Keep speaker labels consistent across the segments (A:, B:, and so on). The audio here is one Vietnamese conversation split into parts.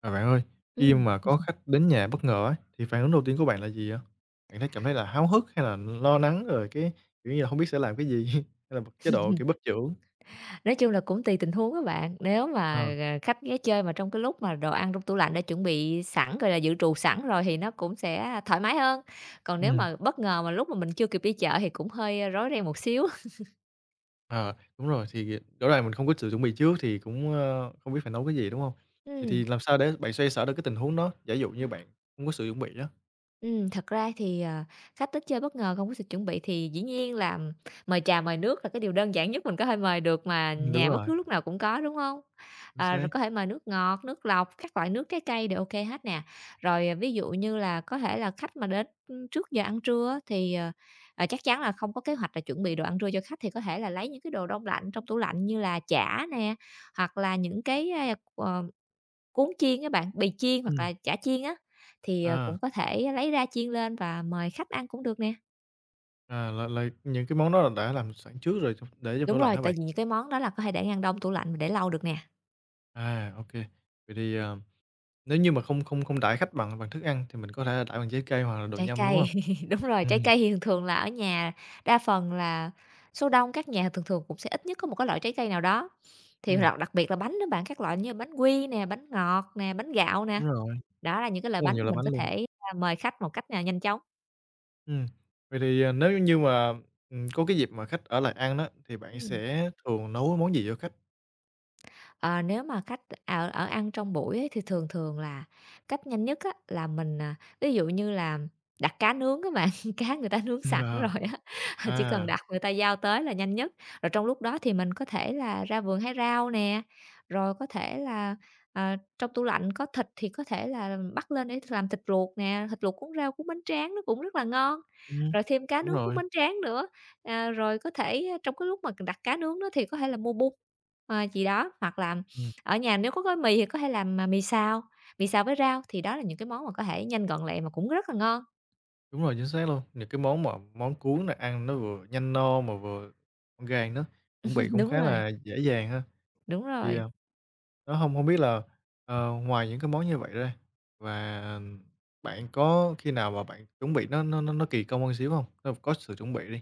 A: À, bạn ơi, khi
B: Ừm,
A: mà có khách đến nhà bất ngờ ấy, thì phản ứng đầu tiên của bạn là gì vậy? Bạn cảm thấy là háo hức hay là lo lắng rồi cái, kiểu như là, hông biết sẽ làm cái gì? Hay là một chế độ, kiểu, bất chưởng?
B: nói chung là cũng tùy tình huống các bạn. Nếu
A: Ờ,
B: mà, khách ghé chơi mà trong cái lúc mà đồ ăn trong tủ lạnh đã chuẩn bị sẵn, rồi là dự trù sẵn rồi thì nó cũng sẽ thoải mái hơn. Còn nếu
A: ừm,
B: mà bất ngờ mà lúc mà mình chưa kịp đi chợ thì cũng hơi rối ren một xíu.
A: ờ, đúng rồi, thì rõ ràng mình không có sự chuẩn bị trước thì cũng, không biết phải nấu cái gì, đúng không? Vậy thì
B: Ừm.
A: làm sao để bạn xoay sở được cái tình huống đó, giả dụ như bạn không có sự chuẩn bị đó.
B: Thật ra thì, khách tới chơi bất ngờ không có sự chuẩn bị thì dĩ nhiên là mời trà mời nước là cái điều đơn giản nhất mình có thể mời được mà
A: Đúng
B: nhà bất
A: rồi,
B: cứ lúc nào cũng có, đúng không?
A: chính
B: À, rồi
A: xác.
B: có thể mời nước ngọt, nước lọc, các loại nước trái cây đều ok hết nè. Rồi, à, ví dụ như là có thể là khách mà đến trước giờ ăn trưa á thì, chắc chắn là không có kế hoạch là chuẩn bị đồ ăn trưa cho khách, thì có thể là lấy những cái đồ đông lạnh trong tủ lạnh như là chả nè, hoặc là những cái, ờ cuốn chiên á bạn, bì chiên hoặc
A: Ừm,
B: là chả chiên á, thì, cũng
A: à,
B: có thể lấy ra chiên lên và mời khách ăn cũng được nè.
A: à, là những cái món đó là đã làm sẵn trước rồi trong để trong tủ
B: Đúng
A: lạnh
B: rồi,
A: hả
B: tại
A: bạn?
B: vì những cái món đó là có thể để ngăn đông tủ lạnh và để lâu được nè.
A: À, ok. Vậy thì, nếu như mà không không không đãi khách bằng bằng thức ăn thì mình có thể là đãi bằng trái cây hoặc là đồ
B: Trái
A: nhâm, đúng hông?
B: cây, đúng rồi, trái
A: Ừm,
B: cây thì thường thường là ở nhà đa phần là số đông các nhà thường thường cũng sẽ ít nhất có một cái loại trái cây nào đó. Thì
A: ừm,
B: lọt đặc biệt là bánh đó bạn, các loại như bánh quy nè, bánh ngọt nè, bánh gạo nè,
A: đúng rồi,
B: đó là những cái loại
A: rất là
B: bánh
A: nhiều
B: mà
A: loại
B: mình
A: bánh
B: có
A: luôn.
B: thể, a, mời khách một cách, à, nhanh chóng.
A: Ừm, vậy thì, nếu như mà, có cái dịp mà khách ở lại ăn đó, thì bạn
B: Ừm.
A: sẽ thường nấu món gì cho khách?
B: Ờ, nếu mà cách ở ở ăn trong buổi ấy, thì thường thường là cách nhanh nhất á, là mình, à, ví dụ như là đặt cá nướng các bạn, cá người ta nướng
A: Ừm,
B: sẵn
A: ờ,
B: rồi á, chỉ cần
A: à,
B: đặt người ta giao tới là nhanh nhất. Rồi trong lúc đó thì mình có thể là ra vườn hái rau nè, rồi có thể là, ờ, trong tủ lạnh có thịt thì có thể là bắt lên để làm thịt luộc nè, thịt luộc cuốn rau, cuốn bánh tráng nó cũng rất là ngon,
A: ừm,
B: rồi thêm cá
A: đúng
B: nướng cuốn
A: rồi,
B: bánh tráng nữa. À, rồi có thể à, trong cái lúc mà đặt cá nướng đó thì có thể là mua bún, gì đó, hoặc là
A: ừm.
B: ở nhà nếu có gói mì thì có thể làm, à, mì xào với rau, thì đó là những cái món mà có thể nhanh gọn lẹ mà cũng rất là ngon.
A: Đúng rồi, chính xác luôn. Những cái món mà món cuốn này ăn nó vừa nhanh no mà vừa gọn gàng nữa, chuẩn bị cũng
B: Đúng
A: khá
B: rồi,
A: là dễ dàng ha.
B: đúng
A: Thì,
B: rồi.
A: đó, không hông biết là, ngoài những cái món như vậy ra và bạn có khi nào mà bạn chuẩn bị nó kỳ công hơn xíu không? Nó có sự chuẩn bị đi.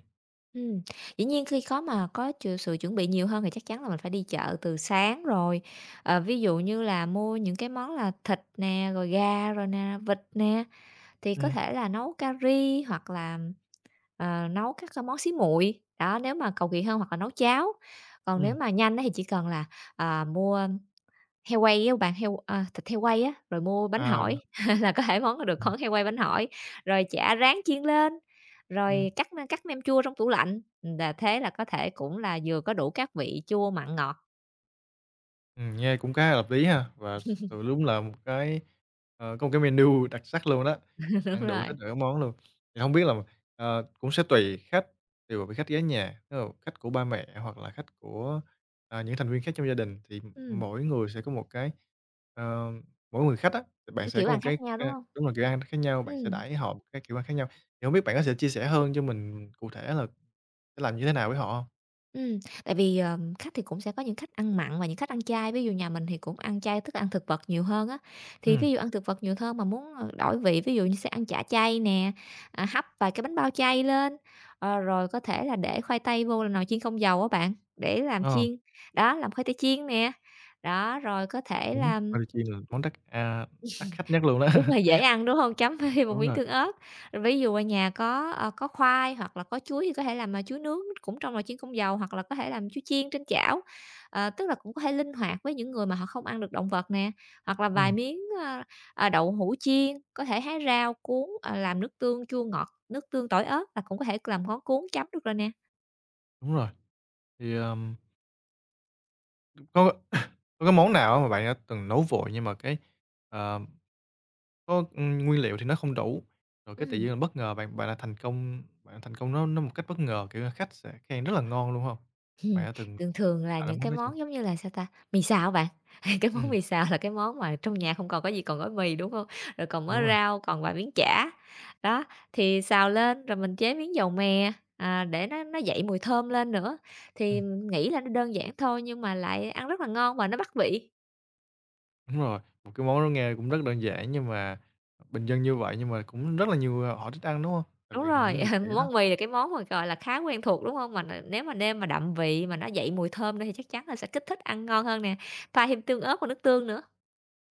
B: Ừm, dĩ nhiên khi có mà có ch sự chuẩn bị nhiều hơn thì chắc chắn là mình phải đi chợ từ sáng rồi. Ờ, ví dụ như là mua những cái món là thịt nè, rồi gà rồi nè, vịt nè, thì có
A: Ừm,
B: thể là nấu cà ri hoặc là nấu các, món xí muội, đó, nếu mà cầu kỳ hơn hoặc là nấu cháo. Còn nếu
A: ừm,
B: mà nhanh á thì chỉ cần là, à, mua heo quay á bạn, thịt heo quay á, rồi mua bánh
A: Được.
B: hỏi là có thể món heo quay bánh hỏi, rồi chả rán chiên lên,
A: Ừ.
B: rồi cắt cắt nem chua trong tủ lạnh, là thế là có thể cũng là vừa có đủ các vị chua, mặn, ngọt.
A: Nghe cũng khá là hợp lý ha, và thực sự đúng là một cái, có một cái menu đặc sắc luôn đó,
B: Đúng
A: ăn đủ hết
B: rồi.
A: được các món luôn. Thì không biết là, cũng sẽ tùy khách, tùy vào vị khách ghé nhà, tức là khách của ba mẹ hoặc là khách của, những thành viên khác trong gia đình thì
B: Ừm,
A: mỗi người sẽ có một cái, ờ, mỗi người khách á, thì bạn sẽ
B: kiểu,
A: có một
B: ăn
A: cái,
B: khác nhau, đúng
A: a
B: không?
A: đúng là, kiểu ăn khác nhau, bạn sẽ
B: Ừm.
A: đãi họ một cái kiểu ăn khác nhau. Thì hông biết bạn có thể chia sẻ hơn cho mình cụ thể là sẽ làm như thế nào với họ không?
B: Ừm, tại vì, khách thì cũng sẽ có những khách ăn mặn và những khách ăn chay, ví dụ nhà mình thì cũng ăn chay, tức là ăn thực vật nhiều hơn á. Thì
A: Ừ.
B: ví dụ ăn thực vật nhiều hơn mà muốn, đổi vị, ví dụ như sẽ ăn chả chay nè, à, hấp vài cái bánh bao chay lên, ờ, rồi có thể là để khoai tây vô là nồi chiên không dầu á bạn, để làm
A: Ờ.
B: chiên, đó, làm khoai tây chiên nè. Đó, rồi có thể
A: Đúng,
B: là
A: khoai là món đắt, đắt khách nhất luôn đó.
B: đúng rồi, dễ ăn, đúng hông? Chấm thêm một
A: Đúng
B: miếng
A: rồi,
B: thương ớt. Rồi ví dụ ở nhà có, có khoai hoặc là có chuối thì có thể làm, à, chuối nướng cũng trong nồi chiên không dầu hoặc là có thể làm chuối chiên trên chảo. Ờ, tức là cũng có thể linh hoạt với những người mà họ không ăn được động vật nè, hoặc là vài
A: ừm,
B: miếng, đậu hũ chiên, có thể thái rau, cuốn, làm nước tương chua ngọt, nước tương tỏi ớt là cũng có thể làm món cuốn chấm được rồi nè.
A: đúng rồi. Thì, có có cái món nào á mà bạn đã từng nấu vội nhưng mà cái, ờ, có, nguyên liệu thì nó không đủ, rồi cái tự nhiên
B: Ừm.
A: là bất ngờ bạn bạn lại thành công bạn thành công nó một cách bất ngờ, kiểu là, khách sẽ khen rất là ngon luôn không? Bạn
B: Ừm,
A: đã từng
B: thường thường là
A: tạo ra
B: những
A: món
B: cái
A: đó chưa?
B: món giống như là, sao ta, mì xào bạn, cái món
A: Ừm,
B: mì xào là cái món mà trong nhà không còn có gì, còn gói mì, đúng không? Rồi còn mớ
A: đúng rồi,
B: rau, còn vài miếng chả. Đó, thì xào lên rồi mình chế miếng dầu mè, à, để nó dậy mùi thơm lên nữa, thì
A: ừm,
B: mình nghĩ là nó đơn giản thôi nhưng mà lại ăn rất là ngon và nó bắt vị.
A: đúng rồi, một cái món nó nghe cũng rất đơn giản nhưng mà bình dân như vậy nhưng mà cũng rất là nhiều, họ thích ăn, đúng không? Đặc
B: Đúng
A: biệt là những
B: rồi,
A: người trẻ đó.
B: món mì là cái món mà, gọi là, khá quen thuộc, đúng không? Mà nếu mà nêm mà đậm vị, mà nó dậy mùi thơm nữa thì chắc chắn là sẽ kích thích ăn ngon hơn nè, pha thêm tương ớt và nước tương nữa.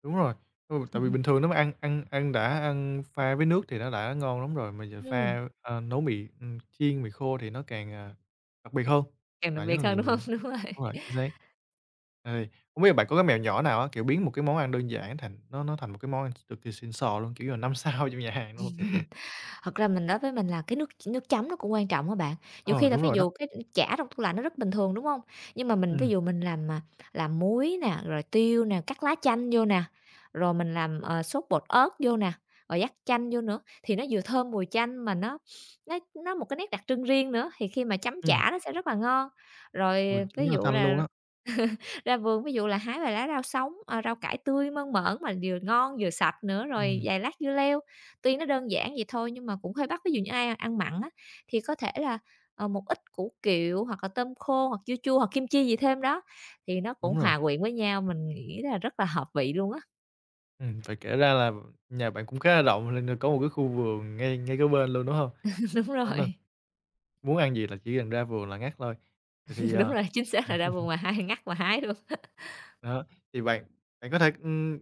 A: Đúng rồi. Ừ, tại vì bình thường nếu mà ăn ăn ăn đã ăn pha với nước thì nó đã ngon lắm rồi, mà giờ
B: Ừm.
A: pha, nấu mì, chiên mì khô thì nó càng, đặc biệt hơn,
B: Càng đặc
A: và rất là
B: biệt hơn, đúng
A: nhiều,
B: hông? Đúng rồi.
A: đúng rồi, chính xác. Ê, hông biết là bạn có cái mẹo nhỏ nào á, kiểu, biến một cái món ăn đơn giản thành nó thành một cái món ăn cực kỳ xịn sò luôn, kiểu như là 5 sao trong nhà hàng luôn?
B: Thật ra mình nói với mình là cái nước chấm nó cũng quan trọng á bạn. Nhiều
A: Ờ,
B: khi là
A: đúng
B: ví
A: rồi đó.
B: dụ cái chả trong tủ lạnh nó rất bình thường, đúng hông? Nhưng mà mình ví
A: Ừm,
B: dụ mình làm, à, làm muối nè, rồi tiêu nè, cắt lá chanh vô nè, rồi mình làm, sốt bột ớt vô nè, rồi dắt chanh vô nữa, thì nó vừa thơm mùi chanh mà nó nó một cái nét đặc trưng riêng nữa, thì khi mà chấm
A: ừm,
B: chả nó sẽ rất là ngon. Rồi
A: mùi rất
B: ví
A: là
B: dụ
A: thanh
B: là
A: luôn á.
B: ra vườn ví dụ là hái vài lá rau sống, rau cải tươi mơn mởn mà vừa ngon vừa sạch nữa, rồi
A: Ừm,
B: vài lát dưa leo. Tuy nó đơn giản vậy thôi nhưng mà cũng hơi bắt, ví dụ như ai ăn mặn á, thì có thể là, một ít củ kiệu hoặc là tôm khô hoặc dưa chua hoặc kim chi gì thêm đó, thì nó cũng
A: đúng rồi.
B: hòa quyện với nhau, mình nghĩ là rất là hợp vị luôn á.
A: Phải kể ra là nhà bạn cũng khá là rộng, nên là có một cái khu vườn ngay ngay cái bên luôn, đúng hông?
B: Đúng
A: Đó,
B: rồi,
A: muốn ăn gì là chỉ cần ra vườn là ngắt thôi. Vậy thì,
B: đúng rồi, chính xác là ra vườn mà hái ngắt mà hái luôn.
A: đó, thì bạn bạn có thể,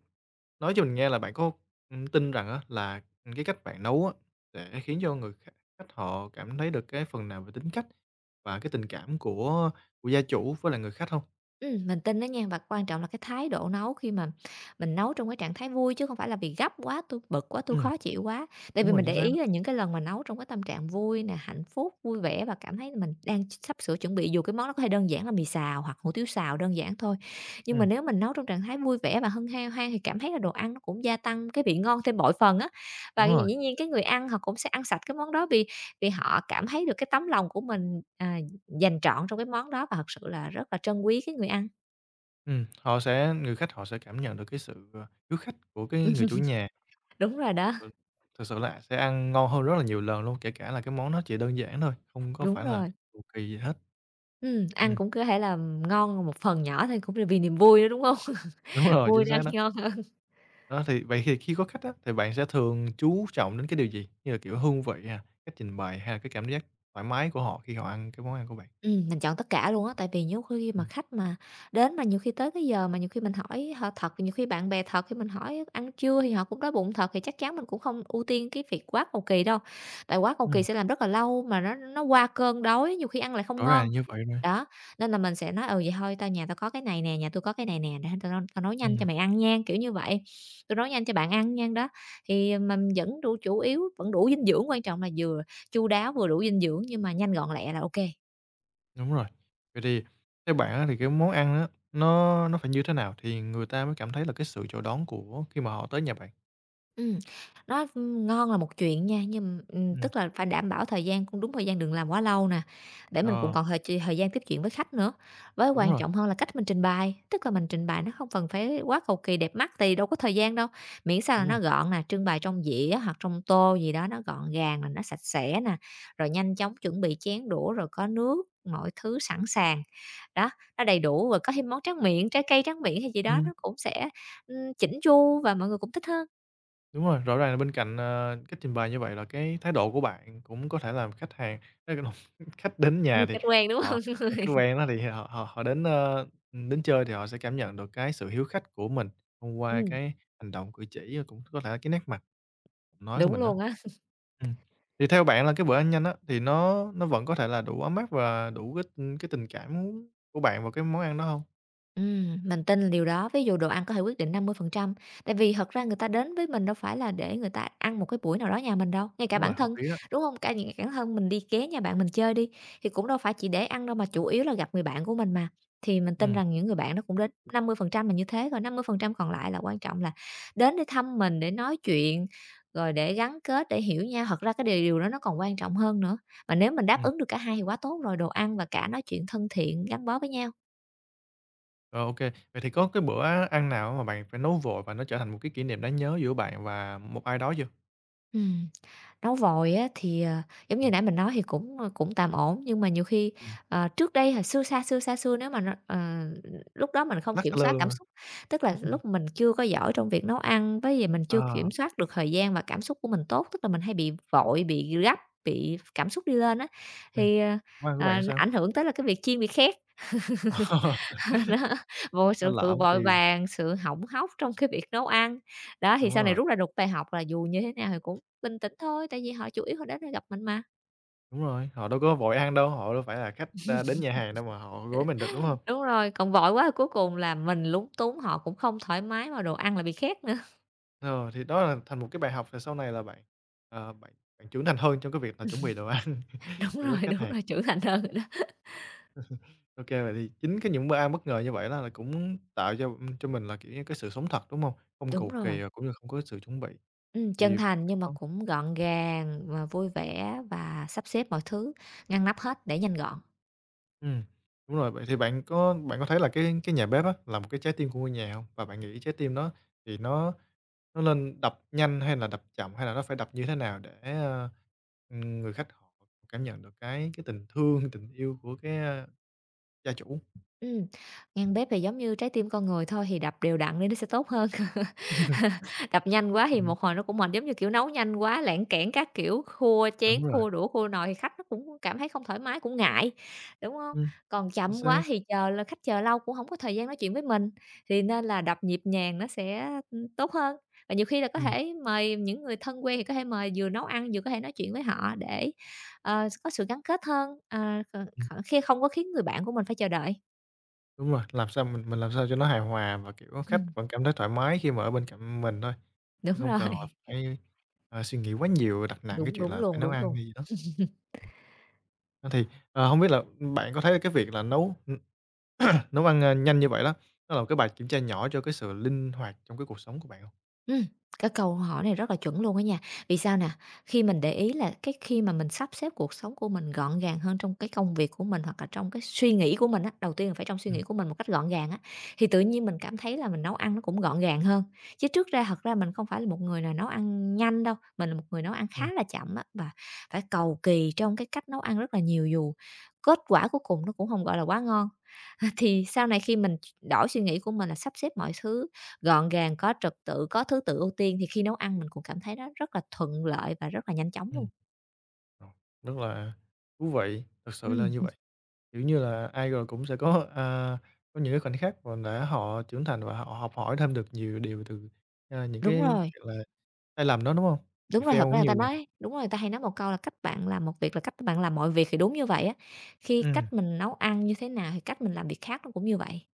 A: nói cho mình nghe là bạn có, tin rằng á là, cái cách bạn nấu á sẽ khiến cho người khách khách họ cảm thấy được cái phần nào về tính cách và cái tình cảm của gia chủ với lại người khách hông?
B: Mình tin đó nha và quan trọng là cái thái độ nấu khi mà mình nấu trong cái trạng thái vui chứ không phải là vì gấp quá, tôi bực quá, tôi
A: Ừm,
B: khó chịu quá. Tại
A: đúng
B: vì
A: rồi,
B: mình
A: chính
B: để
A: xác đó.
B: ý là những cái lần mà nấu trong cái tâm trạng vui nè, hạnh phúc, vui vẻ và cảm thấy mình đang sắp sửa chuẩn bị dù cái món nó có thể đơn giản là mì xào hoặc hủ tiếu xào đơn giản thôi. Nhưng mà
A: Ừm,
B: nếu mình nấu trong trạng thái vui vẻ và hân hoan hoan thì cảm thấy là đồ ăn nó cũng gia tăng cái vị ngon thêm bội phần á. Và
A: đúng rồi,
B: dĩ nhiên cái người ăn họ cũng sẽ ăn sạch cái món đó vì vì họ cảm thấy được cái tấm lòng của mình, à, dành trọn trong cái món đó và thật sự là rất là trân quý cái người ăn.
A: họ sẽ người khách họ sẽ cảm nhận được cái sự, hiếu khách của cái người chủ nhà.
B: Đúng rồi đó,
A: Ừ, thực sự là sẽ ăn ngon hơn rất là nhiều lần luôn, kể cả là cái món nó chỉ đơn giản thôi, không có
B: đúng
A: phải là
B: rồi.
A: cầu kỳ gì hết.
B: Ăn
A: Ừm,
B: cũng có thể là ngon một phần nhỏ thôi cũng là vì niềm vui đó, đúng hông?
A: đúng rồi, chính
B: Vui nên
A: xác
B: ăn
A: đó.
B: ngon hơn.
A: Đó, thì vậy thì khi có khách á, thì bạn sẽ thường chú trọng đến cái điều gì? Như là, kiểu, hương vị nè, cách trình bày hay là cái cảm giác thoải mái của họ khi họ ăn cái món ăn của bạn?
B: Mình chọn tất cả luôn á, tại vì nhiều khi mà
A: Ừm,
B: khách mà đến mà nhiều khi tới cái giờ mà nhiều khi mình hỏi họ thật, nhiều khi bạn bè thật, khi mình hỏi ăn trưa thì họ cũng đói bụng thật thì chắc chắn mình cũng không ưu tiên cái việc quá cầu kỳ đâu. Tại quá cầu kỳ
A: ừm,
B: sẽ làm rất là lâu mà nó qua cơn đói, nhiều khi ăn lại không
A: rõ
B: ngon.
A: ràng như vậy rồi.
B: Đó, nên là mình sẽ nói: "Ừ, vậy thôi tao nhà tao có cái này nè, nhà tôi có cái này nè, để tao tao nấu nhanh cho
A: Ừm,
B: mày ăn nha", kiểu như vậy. Tôi nấu nhanh cho bạn ăn nha", đó, thì mình vẫn đủ chủ yếu vẫn đủ dinh dưỡng, quan trọng là vừa chu đáo, vừa đủ dinh dưỡng nhưng mà nhanh, gọn, lẹ là ok.
A: đúng rồi. Vậy thì theo bạn á, thì cái món ăn á, nó phải như thế nào thì người ta mới cảm thấy là cái sự chào đón của khi mà họ tới nhà bạn?
B: Ừm, nó, Ngon là một chuyện nha, nhưng,
A: Ừm,
B: tức là phải đảm bảo thời gian cũng đúng thời gian, đừng làm quá lâu nè, để mình cũng
A: ờ,
B: còn thời gian tiếp chuyện với khách nữa. Với
A: đúng
B: quan
A: rồi,
B: trọng hơn là cách mình trình bày, tức là mình trình bày nó không cần phải quá cầu kỳ đẹp mắt thì đâu có thời gian đâu, miễn sao là
A: đúng rồi.
B: nó gọn nè, trưng bày trong dĩa hoặc trong tô gì đó nó gọn gàng nè, nó sạch sẽ nè, rồi nhanh chóng chuẩn bị chén đũa, rồi có nước, mọi thứ sẵn sàng. Đó, nó đầy đủ, rồi có thêm món tráng miệng, trái cây tráng miệng hay gì đó
A: Ừm.
B: nó cũng sẽ, chỉn chu và mọi người cũng thích hơn.
A: Đúng rồi, rõ ràng là bên cạnh, cách trình bày như vậy là cái thái độ của bạn cũng có thể làm khách hàng ê, lộn, khách đến nhà
B: Người
A: thì
B: khách quan, đúng
A: họ
B: hông?
A: khách quen đó thì họ họ họ đến, đến chơi thì họ sẽ cảm nhận được cái sự hiếu khách của mình thông qua
B: Ừm,
A: cái hành động, cử chỉ và cũng có thể là cái nét mặt, giọng nói của
B: đúng
A: mình đó.
B: luôn á.
A: Ừm, thì theo bạn là cái bữa ăn nhanh á, thì nó vẫn có thể là đủ ấm áp và đủ cái tình cảm của bạn vào cái món ăn đó không?
B: Mình tin là điều đó. Ví dụ đồ ăn có thể quyết định 50%, tại vì thật ra người ta đến với mình đâu phải là để người ta ăn một cái buổi nào đó nhà mình đâu, ngay cả
A: Đúng rồi,
B: bản
A: hợp
B: thân,
A: lý đó.
B: đúng không? Cả những cái bản thân mình đi ghé nhà bạn mình chơi đi, thì cũng đâu phải chỉ để ăn đâu mà chủ yếu là gặp người bạn của mình mà. Thì mình tin
A: Ừ.
B: rằng những người bạn đó cũng đến 50% là như thế rồi, 50% còn lại là quan trọng là đến để thăm mình, để nói chuyện, rồi để gắn kết, để hiểu nhau. Thật ra cái điều điều đó nó còn quan trọng hơn nữa, mà nếu mình đáp
A: Ừm.
B: ứng được cả hai thì quá tốt rồi, đồ ăn và cả nói chuyện thân thiện gắn bó với nhau.
A: Rồi, ô, vậy thì có cái bữa ăn nào mà bạn phải nấu vội và nó trở thành một cái kỷ niệm đáng nhớ giữa bạn và một ai đó chưa?
B: Ừm. Nấu vòi á thì, giống như
A: Ừm,
B: nãy mình nói thì cũng, cũng tạm ổn, nhưng mà nhiều khi,
A: ừm.
B: trước đây hồi xưa xa xưa, xa xưa nếu mà nó lúc đó mình không
A: Lắc
B: kiểm
A: xa lơ
B: soát
A: luôn
B: cảm
A: hả?
B: xúc, tức là lúc mình chưa có giỏi trong việc nấu ăn, với lại mình chưa
A: Ờ,
B: kiểm soát được thời gian và cảm xúc của mình tốt, tức là mình hay bị vội, bị gấp, bị cảm xúc đi lên á,
A: ừm,
B: thì, ờ,
A: món ăn của bạn
B: nó
A: sao?
B: ảnh hưởng tới là cái việc chiên bị khét. Đó, vô
A: Ờ,
B: sự
A: nó lỡ
B: sự
A: mất
B: vội
A: tiêu,
B: vàng, sự hỏng hóc trong cái việc nấu ăn. Đó, thì
A: đúng
B: sau này
A: rồi,
B: rút ra được bài học là dù như thế nào thì cũng bình tĩnh thôi, tại vì họ chủ yếu họ đến để gặp mình mà.
A: đúng rồi, họ đâu có vội ăn đâu, họ đâu phải là khách, đến nhà hàng đâu mà họ gối mình được, đúng hông?
B: Đúng rồi, còn vội quá thì cuối cùng là mình lúng túng, họ cũng không thoải mái mà đồ ăn lại bị khét nữa.
A: Ờ, thì đó là thành một cái bài học về sau này là bạn, bạn trưởng thành hơn trong cái việc là chuẩn bị đồ ăn cho với khách
B: Đúng
A: hàng.
B: rồi, trưởng thành hơn rồi đó.
A: OK, vậy thì chính cái những bữa ăn bất ngờ như vậy đó là cũng tạo cho mình là, kiểu như, cái sự sống thật, đúng không? Không
B: Đúng
A: cầu
B: rồi,
A: kỳ và cũng như không có sự chuẩn bị.
B: chân
A: Thì
B: thành
A: bạn
B: nhưng mà
A: có
B: cũng gọn gàng và vui vẻ và sắp xếp mọi thứ ngăn nắp hết để nhanh gọn.
A: ừm, đúng rồi, vậy thì bạn có thấy là cái nhà bếp á là một cái trái tim của ngôi nhà không? Và bạn nghĩ trái tim đó thì nó nên đập nhanh hay là đập chậm, hay là nó phải đập như thế nào để, người khách họ cảm nhận được cái tình thương, tình yêu của cái, gia chủ?
B: Ừm, ngăn bếp thì giống như trái tim con người thôi, thì đập đều đặn đi nó sẽ tốt hơn. Đập nhanh quá thì
A: Ừm,
B: một hồi nó cũng mệt, giống như, kiểu, nấu nhanh quá, lảng cảng các kiểu, khua chén,
A: đúng rồi,
B: khua đũa, khua nồi thì khách nó cũng cảm thấy không thoải mái, cũng ngại, đúng không?
A: ừm,
B: Còn
A: chính
B: chậm
A: xác,
B: quá thì chờ là khách chờ lâu cũng không có thời gian nói chuyện với mình, thì nên là đập nhịp nhàng nó sẽ, tốt hơn. Và nhiều khi là có
A: ừm.
B: thể mời những người thân quen thì có thể mời vừa nấu ăn vừa có thể nói chuyện với họ để, có sự gắn kết hơn, khi không có khiến người bạn của mình phải chờ đợi.
A: Đúng rồi, làm sao mình làm sao cho nó hài hòa và, kiểu, khách
B: Ừm,
A: vẫn cảm thấy thoải mái khi mà ở bên cạnh mình thôi, chứ
B: đúng
A: không cần là
B: rồi,
A: phải, suy nghĩ quá nhiều, đặt nặng cái
B: đúng,
A: chuyện
B: đúng
A: là phải
B: luôn,
A: nấu
B: đúng
A: ăn
B: luôn.
A: hay gì đó. Đó thì, hông biết là, bạn có thấy cái việc là nấu, nấu ăn, nhanh như vậy đó, nó là một cái bài kiểm tra nhỏ cho cái sự linh hoạt trong cái cuộc sống của bạn hông?
B: Ừm, cái câu hỏi này rất là chuẩn luôn á nha. Vì sao nè? Khi mình để ý là cái khi mà mình sắp xếp cuộc sống của mình gọn gàng hơn trong cái công việc của mình hoặc là trong cái suy nghĩ của mình á, đầu tiên là phải trong suy
A: Ừm,
B: nghĩ của mình một cách gọn gàng á, thì tự nhiên mình cảm thấy là mình nấu ăn nó cũng gọn gàng hơn. Chứ trước ra thật ra mình không phải là một người nào nấu ăn nhanh đâu, mình là một người nấu ăn
A: ừm,
B: khá là chậm á, và phải cầu kỳ trong cái cách nấu ăn rất là nhiều dù kết quả cuối cùng nó cũng không gọi là, quá ngon. Thì sau này khi mình đổi suy nghĩ của mình là sắp xếp mọi thứ gọn gàng, có trật tự, có thứ tự ưu tiên thì khi nấu ăn mình cũng cảm thấy nó rất là thuận lợi và rất là nhanh chóng luôn.
A: ừm, rồi, rất là thú vị, thực sự là
B: Ừm,
A: như vậy. Kiểu như là, ai rồi cũng sẽ có, có những cái khoảnh khắc mà để họ trưởng thành và họ học hỏi thêm được nhiều điều từ, những
B: đúng
A: cái
B: rồi,
A: chuyện là sai lầm đó, đúng hông? Bị
B: đúng rồi, thật
A: fail
B: ra
A: cũng
B: người
A: nhiều
B: ta
A: lần.
B: nói đúng rồi, người ta hay nói một câu là cách bạn làm một việc là cách bạn làm mọi việc thì đúng như vậy á. Khi
A: Ừm,
B: cách mình nấu ăn như thế nào thì cách mình làm việc khác nó cũng như vậy.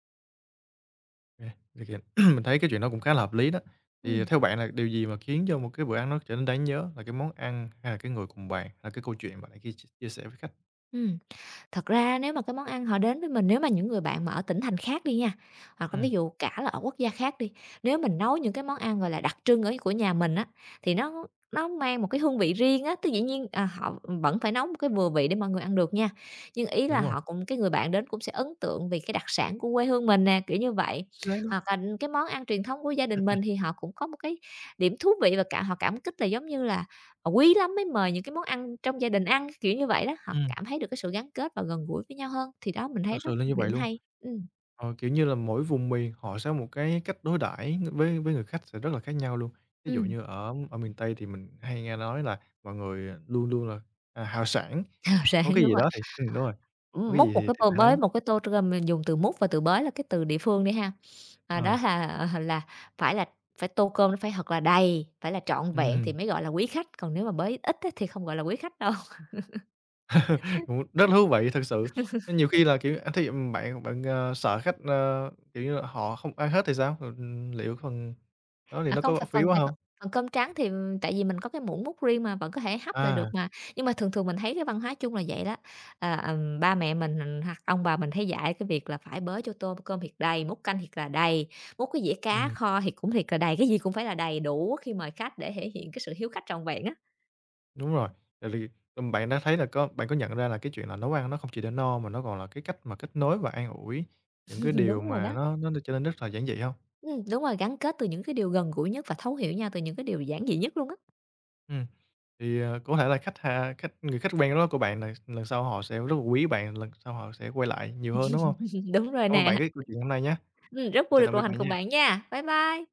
A: kê, thì mình thấy cái chuyện đó cũng khá là hợp lý đó. Thì
B: Ừm,
A: theo bạn là điều gì mà khiến cho một cái bữa ăn nó trở nên đáng nhớ? Là cái món ăn, hay là cái người cùng bàn, hay là cái câu chuyện mà bạn kia chia chia sẻ với khách?
B: ừm. Thật ra nếu mà cái món ăn họ đến với mình, nếu mà những người bạn mà ở tỉnh thành khác đi nha, hoặc là
A: Ừm,
B: ví dụ cả là ở quốc gia khác đi, nếu mình nấu những cái món ăn, gọi là, đặc trưng ở của nhà mình á, thì nó mang một cái hương vị riêng á, tức dĩ nhiên, à, họ vẫn phải nấu một cái vừa vị để mọi người ăn được nha. Nhưng ý là
A: đúng rồi,
B: họ cũng cái người bạn đến cũng sẽ ấn tượng vì cái đặc sản của quê hương mình nè, kiểu như vậy.
A: chính xác đó.
B: Hoặc là cái món ăn truyền thống của gia đình mình thì họ cũng có một cái điểm thú vị và cả họ cảm kích là giống như là họ quý lắm mới mời những cái món ăn trong gia đình ăn, kiểu như vậy đó, họ
A: Ừm,
B: cảm thấy được cái sự gắn kết và gần gũi với nhau hơn, thì đó mình
A: thật
B: thấy đó
A: sự là
B: một
A: như vậy
B: điểm
A: luôn.
B: hay. Ừm.
A: Ờ, kiểu như là, mỗi vùng miền họ sẽ có một cái cách đối đãi với người khách sẽ rất là khác nhau luôn. Ví dụ
B: Ừm.
A: như ở ở miền Tây thì mình hay nghe nói là mọi người, luôn luôn là, hào sảng,
B: Ờ,
A: có
B: ráng
A: cái
B: đúng
A: gì
B: rồi.
A: đó thì đúng rồi, có cái
B: Múc
A: gì
B: một cái
A: thì
B: tô
A: phải
B: bới,
A: lấy.
B: một cái tô t mình dùng từ múc và từ bới là cái từ địa phương đi ha, à,
A: Ờ,
B: đó là, ờ, là phải là phải tô cơm nó phải thật là đầy, phải là trọn vẹn thì
A: ừm,
B: mới gọi là quý khách, còn nếu mà bới ít á thì không gọi là quý khách đâu.
A: cũng rất là thú vị thật sự. Nên nhiều khi là, kiểu, thí bạn bạn, sợ khách, kiểu như là, họ không ăn hết thì sao? Liệu phần đó thì
B: À,
A: nó có
B: không,
A: bỏ
B: phải
A: phí
B: phần
A: quá
B: tại
A: không?
B: phần phần cơm trắng thì, tại vì mình có cái muỗng múc riêng mà, vẫn có thể hấp lại
A: À,
B: được mà. Nhưng mà thường thường mình thấy cái văn hóa chung là vậy đó. Ờ, ba mẹ mình, hoặc ông bà mình hay dạy cái việc là phải bới cho tô cơm thiệt đầy, múc canh thiệt là đầy, múc cái dĩa cá
A: ừm.
B: kho thì cũng thiệt là đầy, cái gì cũng phải là đầy đủ khi mời khách để thể hiện cái sự hiếu khách trọn vẹn á.
A: Đúng rồi, tại vì, bạn đã thấy là có bạn có nhận ra là cái chuyện là nấu ăn nó không chỉ để no mà nó còn là cái cách mà kết nối và an ủi những cái điều
B: Đúng rồi
A: mà
B: đó.
A: nó trở nên rất là giản dị hông?
B: Đúng rồi, gắn kết từ những cái điều gần gũi nhất và thấu hiểu nhau từ những cái điều giản dị nhất luôn á.
A: Ừm, thì, có thể là khách ha khách người khách quen đó của bạn lần lần sau họ sẽ rất là quý bạn, lần sau họ sẽ quay lại nhiều hơn, đúng hông?
B: Đúng rồi
A: Cảm ơn
B: nè.
A: bạn cái câu chuyện hôm nay nhá.
B: Rất vui
A: Chào
B: được
A: tạm biệt
B: đồng hành
A: bạn
B: cùng
A: nha.
B: bạn nha. Bye bye.